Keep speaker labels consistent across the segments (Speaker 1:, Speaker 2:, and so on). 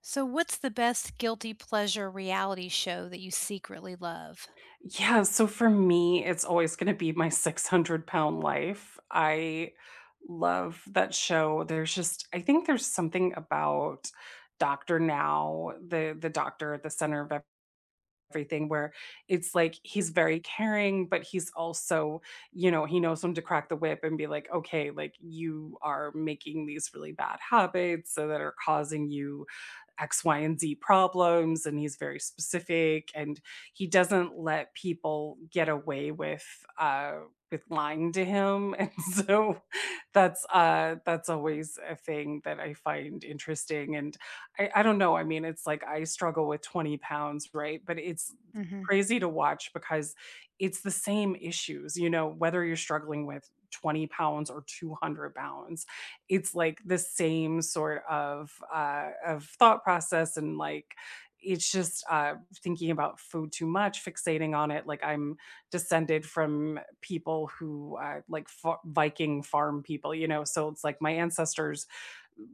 Speaker 1: So, what's the best guilty pleasure reality show that you secretly love?
Speaker 2: Yeah, so for me, it's always gonna be my 600 Pound Life. I love that show. There's just I think there's something about Doctor Now, the doctor at the center of everything where it's like he's very caring, but he's also, you know, he knows when to crack the whip and be like, okay, like you are making these really bad habits so that are causing you X, Y, and Z problems, and he's very specific, and he doesn't let people get away uh, with lying to him, and so that's always a thing that I find interesting. And I don't know. I mean, it's like I struggle with 20 pounds, right? But it's
Speaker 1: Mhm.
Speaker 2: crazy to watch because it's the same issues, you know, whether you're struggling with 20 pounds or 200 pounds, it's like the same sort of thought process, and like it's just thinking about food too much, fixating on it. Like I'm descended from people who Viking farm people, you know. So it's like my ancestors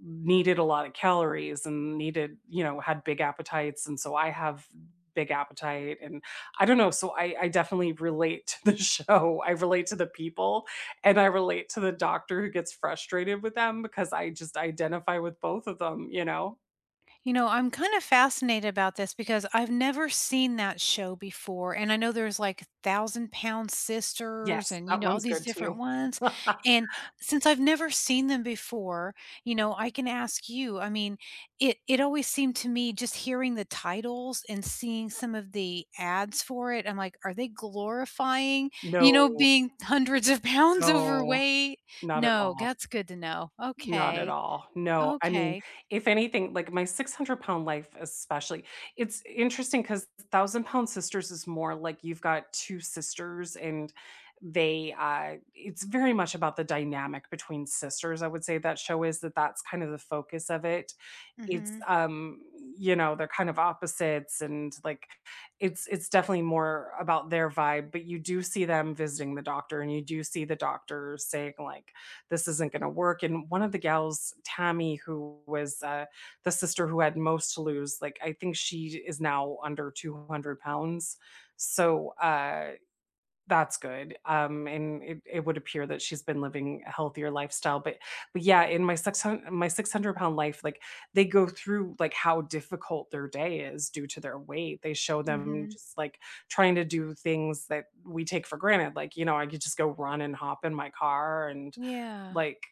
Speaker 2: needed a lot of calories and needed, you know, had big appetites, and so I have big appetite. And I don't know, so I definitely relate to the show. I relate to the people and I relate to the doctor who gets frustrated with them because I just identify with both of them, you know?
Speaker 1: You know, I'm kind of fascinated about this because I've never seen that show before. And I know there's like 1,000-Pound Sisters
Speaker 2: Yes,
Speaker 1: and, you
Speaker 2: that
Speaker 1: know, all
Speaker 2: one's
Speaker 1: these
Speaker 2: good too.
Speaker 1: different ones. And since I've never seen them before, you know, I can ask you. I mean, it always seemed to me just hearing the titles and seeing some of the ads for it. I'm like, are they glorifying, you know,
Speaker 2: No,
Speaker 1: being hundreds of pounds
Speaker 2: no,
Speaker 1: overweight?
Speaker 2: not at
Speaker 1: No,
Speaker 2: all.
Speaker 1: that's good to know.
Speaker 2: Not at
Speaker 1: Okay.
Speaker 2: all. No, I mean,
Speaker 1: Okay.
Speaker 2: if anything, like my 600 pound life, especially, it's interesting because 1,000 pound sisters is more like you've got 2 sisters, and they, it's very much about the dynamic between sisters. I would say that show is that's kind of the focus of it.
Speaker 1: Mm
Speaker 2: It's,
Speaker 1: hmm.
Speaker 2: you know, they're kind of opposites, and like it's definitely more about their vibe, but you do see them visiting the doctor, and you do see the doctor saying like, this isn't going to work. And one of the gals, Tammy, who was the sister who had most to lose, like I think she is now under 200 pounds. So that's good. And it would appear that she's been living a healthier lifestyle. But yeah, in my 600 pound life, like they go through like how difficult their day is due to their weight. They show
Speaker 1: Mm
Speaker 2: them
Speaker 1: hmm.
Speaker 2: just like trying to do things that we take for granted. Like, you know, I could just go run and hop in my car and
Speaker 1: Yeah,
Speaker 2: like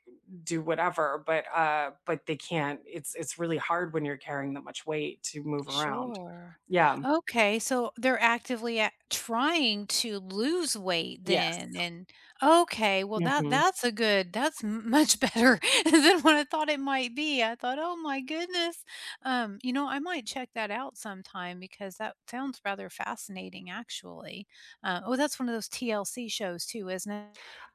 Speaker 2: do whatever, but they can't. It's really hard when you're carrying that much weight to move around.
Speaker 1: sure.
Speaker 2: Yeah.
Speaker 1: Okay, so they're actively at trying to lose weight
Speaker 2: Yes.
Speaker 1: then, and okay, well that
Speaker 2: Mhm.
Speaker 1: that's a good that's m much better than what I thought it might be. I thought, "Oh my goodness." You know, I might check that out sometime because that sounds rather fascinating actually. Oh, that's one of those TLC shows too, isn't it?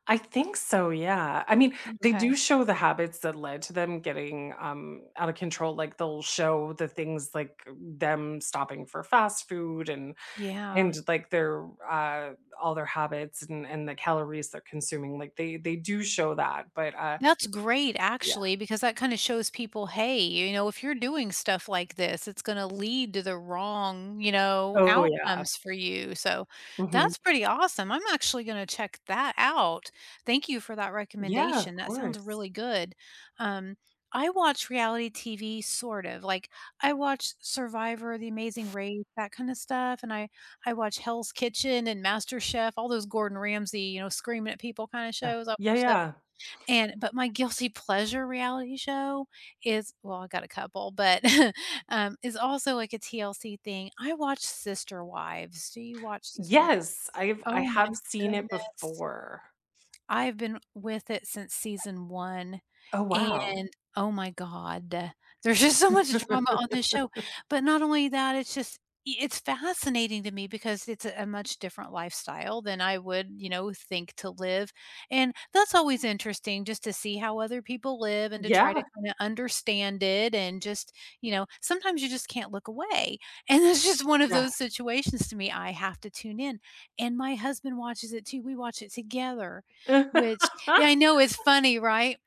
Speaker 2: I think so, yeah. I mean, they do
Speaker 1: Okay.
Speaker 2: show the habits that led to them getting out of control. Like they'll show the things like them stopping for fast food
Speaker 1: Yeah.
Speaker 2: and like their all their habits and the calories they're consuming. Like they do show that, but
Speaker 1: That's great
Speaker 2: yeah.
Speaker 1: actually, because that kinda shows people, "Hey, you know, if you're doing stuff like this, it's gonna lead to the wrong, you know,
Speaker 2: Oh yeah.
Speaker 1: outcomes for you." So,
Speaker 2: Mhm.
Speaker 1: that's pretty awesome. I'm actually gonna check that out. Thank you for that
Speaker 2: Yeah, of
Speaker 1: recommendation. That sounds
Speaker 2: course.
Speaker 1: really good. Um, I watch reality TV sort of, like, I watch Survivor, The Amazing Race, that kinda stuff, and I watch Hell's Kitchen and MasterChef, all those Gordon Ramsay, you know, screaming at people kinda
Speaker 2: Yeah.
Speaker 1: shows. I
Speaker 2: Yeah,
Speaker 1: watch tho
Speaker 2: yeah.
Speaker 1: and but my guilty pleasure reality show is well, I got a couple, but, is also like a TLC thing. I watch Sister Wives. Do you watch Sister Wives?
Speaker 2: Yes, I
Speaker 1: Oh
Speaker 2: have
Speaker 1: my
Speaker 2: seen it
Speaker 1: goodness.
Speaker 2: before.
Speaker 1: I've been with it since season 1,
Speaker 2: Oh, wow.
Speaker 1: and oh my god, there's just so much drama on this show, but not only that, it's just I it's fascinating to me because it's a much different lifestyle than I would, you know, think to live, and that's always interesting just to see how other people live and to
Speaker 2: Yeah,
Speaker 1: try to kinda understand it and just, you know, sometimes you just can't look away, and that's just one of
Speaker 2: yeah.
Speaker 1: those situations to me, I have to tune in, and my husband watches it too, we watch it together, which yeah, I know it's funny, right?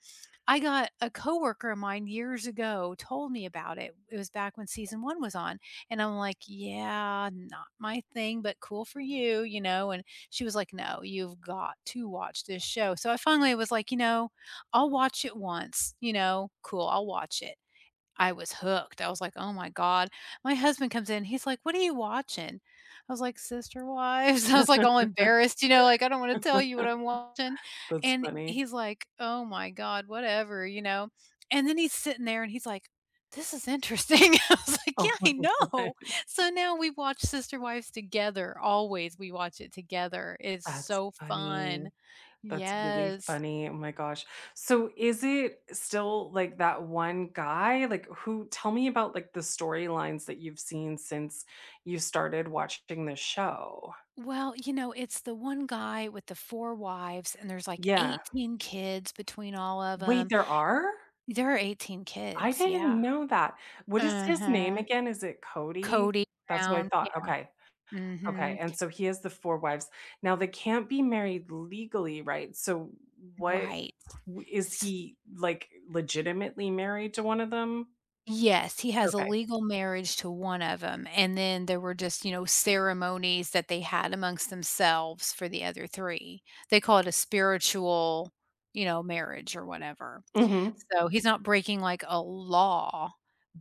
Speaker 1: I got a coworker of mine years ago told me about it. It was back when season 1 was on, and I'm like, "Yeah, not my thing, but cool for you," you know, and she was like, "No, you've got to watch this show." So I finally was like, "You know, I'll watch it once, you know, cool, I'll watch it." I was hooked. I was like, "Oh my god." My husband comes in, he's like, "What are you watching?" I was like, "Sister Wives." I was like all embarrassed, you know, like, "I don't wanna tell you what I'm watching."
Speaker 2: That's
Speaker 1: And
Speaker 2: funny.
Speaker 1: he's like, "Oh my god, whatever," you know? And then he's sitting there and he's like, "This is interesting." I was like,
Speaker 2: Oh
Speaker 1: "Yeah,
Speaker 2: my
Speaker 1: I
Speaker 2: god.
Speaker 1: know." So now we watch Sister Wives together, always, we watch it together. It's
Speaker 2: That's
Speaker 1: so
Speaker 2: funny.
Speaker 1: fun.
Speaker 2: That's really
Speaker 1: Yes.
Speaker 2: funny. Oh my gosh. So is it still, like, that one guy? Like, who tell me about, like, the storylines that you've seen since you started watching the show.
Speaker 1: Well, you know, it's the one guy with the 4 wives, and there's, like,
Speaker 2: Yeah.
Speaker 1: 18 kids between all of
Speaker 2: Wait,
Speaker 1: them.
Speaker 2: there are?
Speaker 1: There are 18
Speaker 2: I
Speaker 1: kids,
Speaker 2: didn't
Speaker 1: yeah.
Speaker 2: know that. What is his name
Speaker 1: Uh-huh.
Speaker 2: again? Is it Cody?
Speaker 1: Cody
Speaker 2: That's what I
Speaker 1: Brown,
Speaker 2: thought.
Speaker 1: yeah,
Speaker 2: Okay. Okay.
Speaker 1: mhm,
Speaker 2: And so he has the 4 wives. Now they can't be married legally, right? So what
Speaker 1: right.
Speaker 2: w is
Speaker 1: S
Speaker 2: he, like, legitimately married to one of them?
Speaker 1: yes, he has a
Speaker 2: Okay.
Speaker 1: legal marriage to one of them, and then there were just, you know, ceremonies that they had amongst themselves for the other 3. They call it a spiritual, you know, marriage or whatever.
Speaker 2: Mhm.
Speaker 1: So, he's not breaking, like, a law,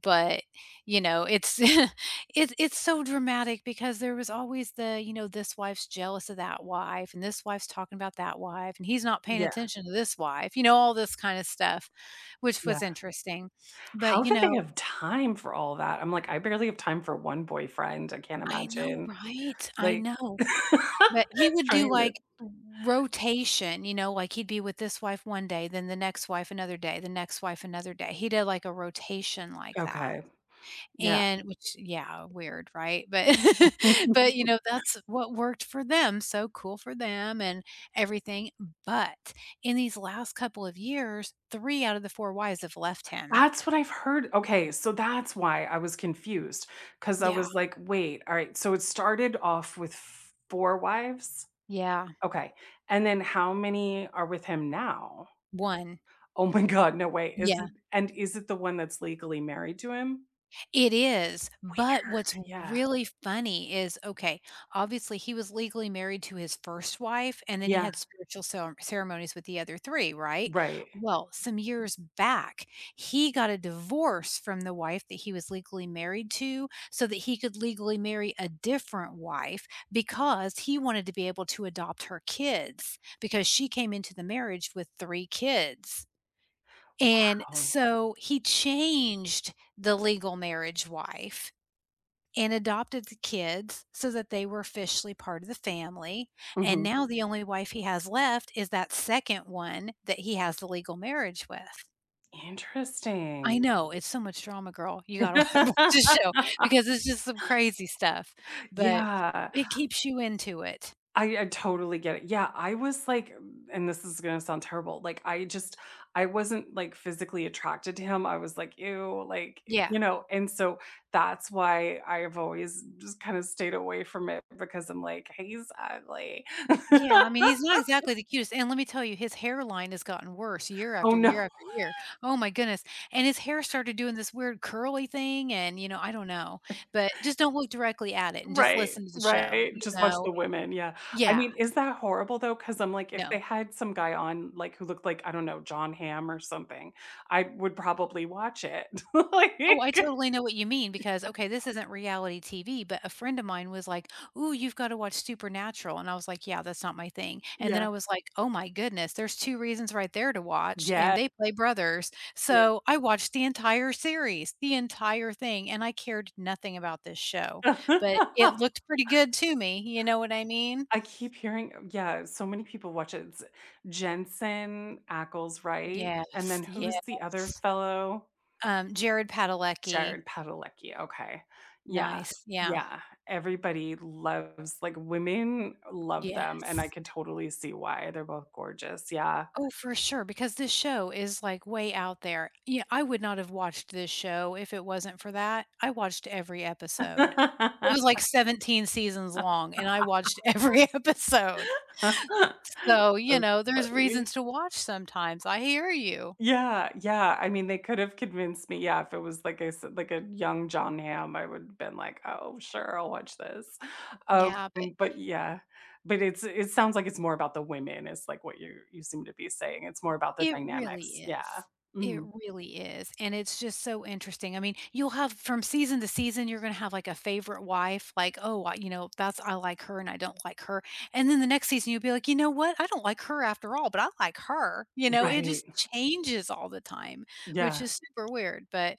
Speaker 1: but, you know, it's it's so dramatic because there was always the, you know, this wife's jealous of that wife, and this wife's talking about that wife, and he's not paying
Speaker 2: Yeah,
Speaker 1: attention to this wife, you know, all this kinda stuff, which
Speaker 2: yeah.
Speaker 1: was interesting. But,
Speaker 2: How
Speaker 1: you
Speaker 2: do they
Speaker 1: know.
Speaker 2: have time for all that? I'm like, I barely have time for 1 boyfriend. I can't
Speaker 1: I know,
Speaker 2: imagine,
Speaker 1: right? I
Speaker 2: like,
Speaker 1: know. But he would do,
Speaker 2: trying to.
Speaker 1: like, rotation, you know, like, he'd be with this wife one day, then the next wife another day, the next wife another day. He did, like, a rotation like that.
Speaker 2: Okay. Yeah.
Speaker 1: And which yeah, weird, right? But but, you know, that's what worked for them, so cool for them and everything, but in these last couple of years, 3 out of the 4 wives have left him.
Speaker 2: That's what I've heard. Okay, so that's why I was confused, because I
Speaker 1: Yeah,
Speaker 2: was like, "Wait, all right, so it started off with 4 wives?"
Speaker 1: yeah,
Speaker 2: Okay, and then how many are with him now?
Speaker 1: 1.
Speaker 2: Oh my god, no way. Is
Speaker 1: Yeah.
Speaker 2: it, and is it the one that's legally married to him?
Speaker 1: It is, but
Speaker 2: Weird,
Speaker 1: what's
Speaker 2: yeah.
Speaker 1: really funny is, okay, obviously he was legally married to his first wife, and then he
Speaker 2: Yeah,
Speaker 1: had spiritual ceremonies with the other 3, right?
Speaker 2: right.
Speaker 1: Well, some years back, he got a divorce from the wife that he was legally married to so that he could legally marry a different wife because he wanted to be able to adopt her kids because she came into the marriage with 3 kids. And
Speaker 2: Wow.
Speaker 1: so he changed the legal marriage wife and adopted the kids so that they were officially part of the family. And
Speaker 2: Mhm.
Speaker 1: now the only wife he has left is that second one that he has the legal marriage with.
Speaker 2: Interesting.
Speaker 1: I know, it's so much drama, girl. You gotta watch the show because it's just some crazy stuff, but
Speaker 2: Yeah.
Speaker 1: it keeps you into it.
Speaker 2: I totally get it. Yeah, I was like, and this is gonna sound terrible, like, I just I wasn't, like, physically attracted to him. I was like, "Ew," like,
Speaker 1: Yeah.
Speaker 2: you know? And so, that's why I've always just kinda stayed away from it because I'm like, "He's ugly."
Speaker 1: Yeah, I mean, he's not exactly the cutest, and let me tell you, his hairline has gotten worse year
Speaker 2: Oh,
Speaker 1: after
Speaker 2: no.
Speaker 1: year after year. Oh my goodness, and his hair started doing this weird curly thing and, you know, I don't know, but just don't look directly at it and just
Speaker 2: Right,
Speaker 1: listen to the show,
Speaker 2: right,
Speaker 1: you
Speaker 2: just watch
Speaker 1: know?
Speaker 2: the women, yeah. I
Speaker 1: Yeah,
Speaker 2: mean, is that horrible, though? Because 'Cause I'm like, if they
Speaker 1: no.
Speaker 2: had some guy on, like, who looked like, I don't know, John Hamm or something, I would probably watch it. Like.
Speaker 1: Oh, I totally know what you mean because, okay, this isn't reality TV, but a friend of mine was like, "Ooh, you've got to watch Supernatural." And I was like, "Yeah, that's not my thing." And then
Speaker 2: Yeah.
Speaker 1: I was like, "Oh my goodness, there's 2 reasons right there to watch, and
Speaker 2: Yeah.
Speaker 1: they play brothers."
Speaker 2: Yeah.
Speaker 1: So I watched the entire series, the entire thing, and I cared nothing about this show, but it looked pretty good to me. You know what I mean?
Speaker 2: I keep hearing yeah, so many people watch it. It's Jensen Ackles, right? And
Speaker 1: Yes,
Speaker 2: then who's
Speaker 1: yes.
Speaker 2: the other fellow?
Speaker 1: Jared Padalecki.
Speaker 2: Jared Padalecki, okay. Yeah.
Speaker 1: Nice. Yeah.
Speaker 2: Yeah, everybody loves like, women love them, and I
Speaker 1: Yes.
Speaker 2: could totally see why. They're both gorgeous, yeah.
Speaker 1: Oh, for sure, because this show is like way out there. Yeah, I would not have watched this show if it wasn't for that. I watched every episode. It
Speaker 2: That's
Speaker 1: was like 17 seasons long, and I watched every episode. So, you know, there's
Speaker 2: funny.
Speaker 1: reasons to watch sometimes. I hear you.
Speaker 2: Yeah, yeah, I mean, they could have convinced me, yeah, if it was like I said, like a young John Hamm, I would have been like, "Oh, sure, I'll watch this." Um,
Speaker 1: Yeah, but.
Speaker 2: but yeah, but it sounds like it's more about the women, is like what you seem to be saying. It's more about the
Speaker 1: It
Speaker 2: dynamics.
Speaker 1: really
Speaker 2: Yeah.
Speaker 1: is. It
Speaker 2: Mhm.
Speaker 1: really is, and it's just so interesting. I mean, you'll have from season to season, you're gonna have, like, a favorite wife, like, "Oh, I you know, that's I like her and I don't like her," and then the next season, you'll be like, "You know what? I don't like her after all, but I like her." You know, it
Speaker 2: Right.
Speaker 1: just changes all the time,
Speaker 2: Yeah,
Speaker 1: which is super weird, but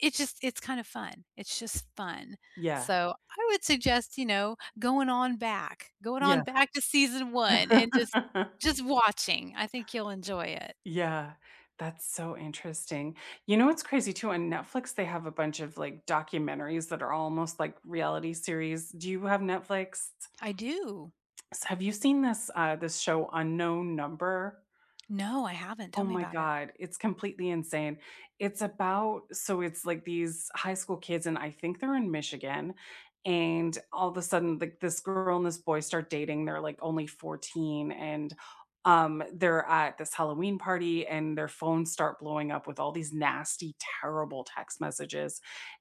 Speaker 1: it's just it's kind of fun. It's just fun.
Speaker 2: yeah,
Speaker 1: So, I would suggest, you know, going on
Speaker 2: yeah.
Speaker 1: back to season 1 and just just watching. I think you'll enjoy it.
Speaker 2: Yeah, that's so interesting. You know what's crazy too? On Netflix, they have a bunch of like documentaries that are almost like reality series. Do you have Netflix?
Speaker 1: I do.
Speaker 2: So have you seen this this show Unknown Number?
Speaker 1: No, I haven't.
Speaker 2: Oh
Speaker 1: Tell me
Speaker 2: my
Speaker 1: about it.
Speaker 2: god, it's completely insane. It's about, so it's like these high school kids, and I think they're in Michigan, and all of a sudden, like this girl and this boy start dating. They're like only 14, and they're at this Halloween party and their phones start blowing up with all these nasty, terrible text messages.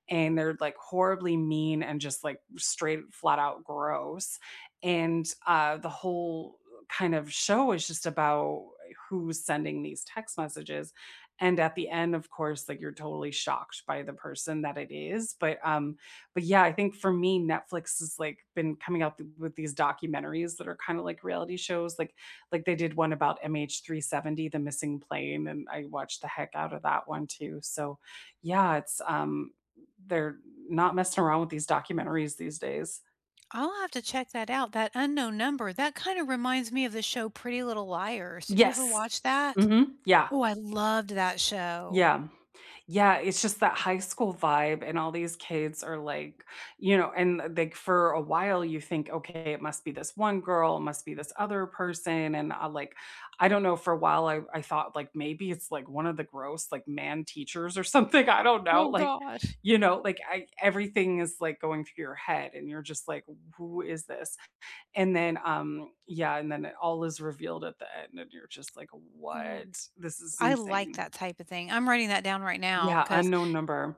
Speaker 2: And they're like horribly mean and just like straight flat out gross. And the whole kind of show is just about who's sending these text messages, and at the end of course like you're totally shocked by the person that it is, but yeah, I think for me Netflix has like been coming out with these documentaries that are kind of like reality shows, like they did one about MH370, the missing plane, and I watched the heck out of that one too. So yeah, it's they're not messing around with these documentaries these days.
Speaker 1: I'll have to check that out. That unknown number, that kind of reminds me of the show Pretty Little Liars. Did you ever
Speaker 2: Yes.
Speaker 1: watch that?
Speaker 2: Hmm, yeah.
Speaker 1: Oh, I loved that show.
Speaker 2: Yeah. Yeah, it's just that high school vibe, and all these kids are like, you know, and like for a while, you think, okay, it must be this one girl, it must be this other person. And I like, I don't know, for a while, I thought like maybe it's like one of the gross, like man teachers or something. I don't know.
Speaker 1: Oh
Speaker 2: Like,
Speaker 1: gosh.
Speaker 2: you know, like I, everything is like going through your head, and you're just like, who is this? And then, yeah, and then it all is revealed at the end, and you're just like, what?
Speaker 1: Ooh,
Speaker 2: This is
Speaker 1: I like
Speaker 2: insane.
Speaker 1: that type of thing. I'm writing that down right now
Speaker 2: Yeah,
Speaker 1: because
Speaker 2: unknown number.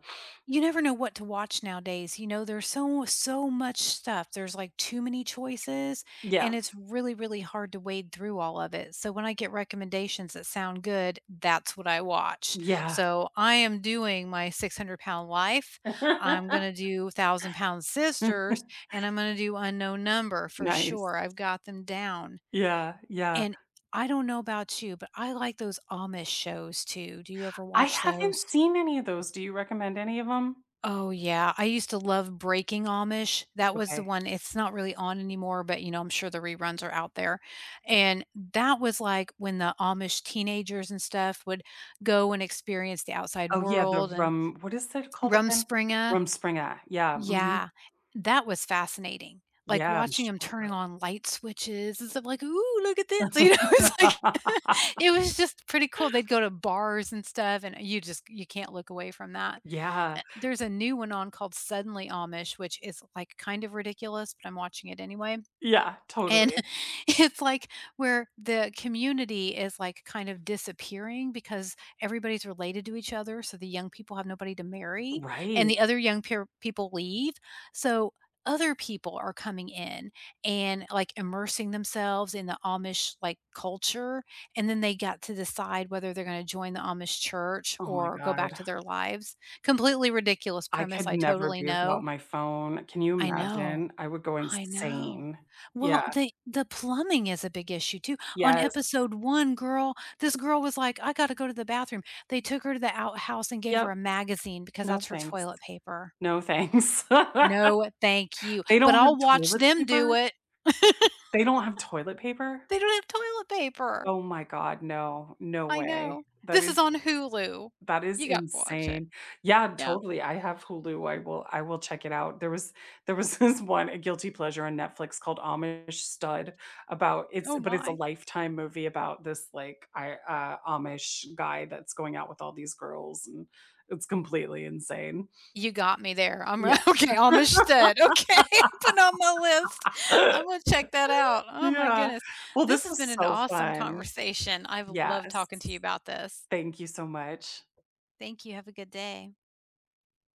Speaker 1: you never know what to watch nowadays, you know, there's so much stuff, there's, like, too many choices,
Speaker 2: Yeah.
Speaker 1: and it's really, really hard to wade through all of it, so when I get recommendations that sound good, that's what I watch.
Speaker 2: Yeah.
Speaker 1: So, I am doing my 600-pound life, I'm gonna do 1,000-pound sisters, and I'm gonna do unknown number for
Speaker 2: Nice.
Speaker 1: sure, I've got them down,
Speaker 2: Yeah, yeah.
Speaker 1: and I don't know about you, but I like those Amish shows too, do you ever
Speaker 2: I
Speaker 1: watch
Speaker 2: haven't
Speaker 1: those?
Speaker 2: seen any of those, do you recommend any of them?
Speaker 1: Oh, yeah. I used to love Breaking Amish. That was the
Speaker 2: Okay.
Speaker 1: one it's not really on anymore, but, you know, I'm sure the reruns are out there, and that was, like, when the Amish teenagers and stuff would go and experience the outside
Speaker 2: Oh, yeah, the
Speaker 1: world and
Speaker 2: rum what is that called again?
Speaker 1: Rumspringa.
Speaker 2: Rumspringa. Yeah, mhm.
Speaker 1: Yeah. That was fascinating. Like,
Speaker 2: Yeah, I'm
Speaker 1: watching them
Speaker 2: sure.
Speaker 1: turning on light switches and stuff like, "Ooh, look at this." You know, it's like it was just pretty cool. They'd go to bars and stuff, and you just you can't look away from that.
Speaker 2: Yeah.
Speaker 1: There's a new one on called Suddenly Amish, which is like kind of ridiculous, but I'm watching it anyway.
Speaker 2: Yeah,
Speaker 1: And
Speaker 2: totally.
Speaker 1: it's like where the community is like kind of disappearing because everybody's related to each other. So the young people have nobody to marry, and
Speaker 2: Right.
Speaker 1: the other young peer people leave. So other people are coming in and like immersing themselves in the Amish like culture. And then they got to decide whether they're going to join the Amish church
Speaker 2: Oh my
Speaker 1: or go
Speaker 2: god.
Speaker 1: back to their lives. Completely ridiculous
Speaker 2: I
Speaker 1: premise.
Speaker 2: could
Speaker 1: I
Speaker 2: never
Speaker 1: totally
Speaker 2: be without
Speaker 1: know.
Speaker 2: my phone. Can you
Speaker 1: I know.
Speaker 2: imagine? I would go
Speaker 1: I know.
Speaker 2: insane.
Speaker 1: Well,
Speaker 2: Yeah.
Speaker 1: the plumbing is a big issue too. On
Speaker 2: Yes.
Speaker 1: episode 1, girl, this girl was like, "I gotta go to the bathroom." They took her to the outhouse and gave
Speaker 2: Yep.
Speaker 1: her a magazine because
Speaker 2: No,
Speaker 1: that's her
Speaker 2: thanks.
Speaker 1: toilet paper.
Speaker 2: No, thanks.
Speaker 1: No, thank you,
Speaker 2: They
Speaker 1: but
Speaker 2: don't
Speaker 1: I'll
Speaker 2: have
Speaker 1: watch
Speaker 2: toilet
Speaker 1: them do
Speaker 2: paper?
Speaker 1: it.
Speaker 2: They don't have toilet paper?
Speaker 1: They don't have toilet paper.
Speaker 2: Oh my god, no, no
Speaker 1: I
Speaker 2: way.
Speaker 1: know. This is on Hulu.
Speaker 2: That is
Speaker 1: You gotta watch it.
Speaker 2: insane. Yeah,
Speaker 1: Yeah.
Speaker 2: totally, I have Hulu, I will check it out. There was this one, a guilty pleasure on Netflix called Amish Stud, about it's
Speaker 1: Oh
Speaker 2: but it's a
Speaker 1: my.
Speaker 2: Lifetime movie about this, like, I Amish guy that's going out with all these girls, and it's completely insane.
Speaker 1: You got me there. I'm r
Speaker 2: Yeah.
Speaker 1: okay, Amistad. Okay, put on my list. I'm gonna check that out. Oh my
Speaker 2: Yeah.
Speaker 1: goodness.
Speaker 2: Well,
Speaker 1: This
Speaker 2: this
Speaker 1: has
Speaker 2: is
Speaker 1: been an
Speaker 2: so
Speaker 1: awesome
Speaker 2: fun.
Speaker 1: conversation. I've loved talking to you
Speaker 2: Yes.
Speaker 1: about this.
Speaker 2: Thank you so much.
Speaker 1: Thank you. Have a good day.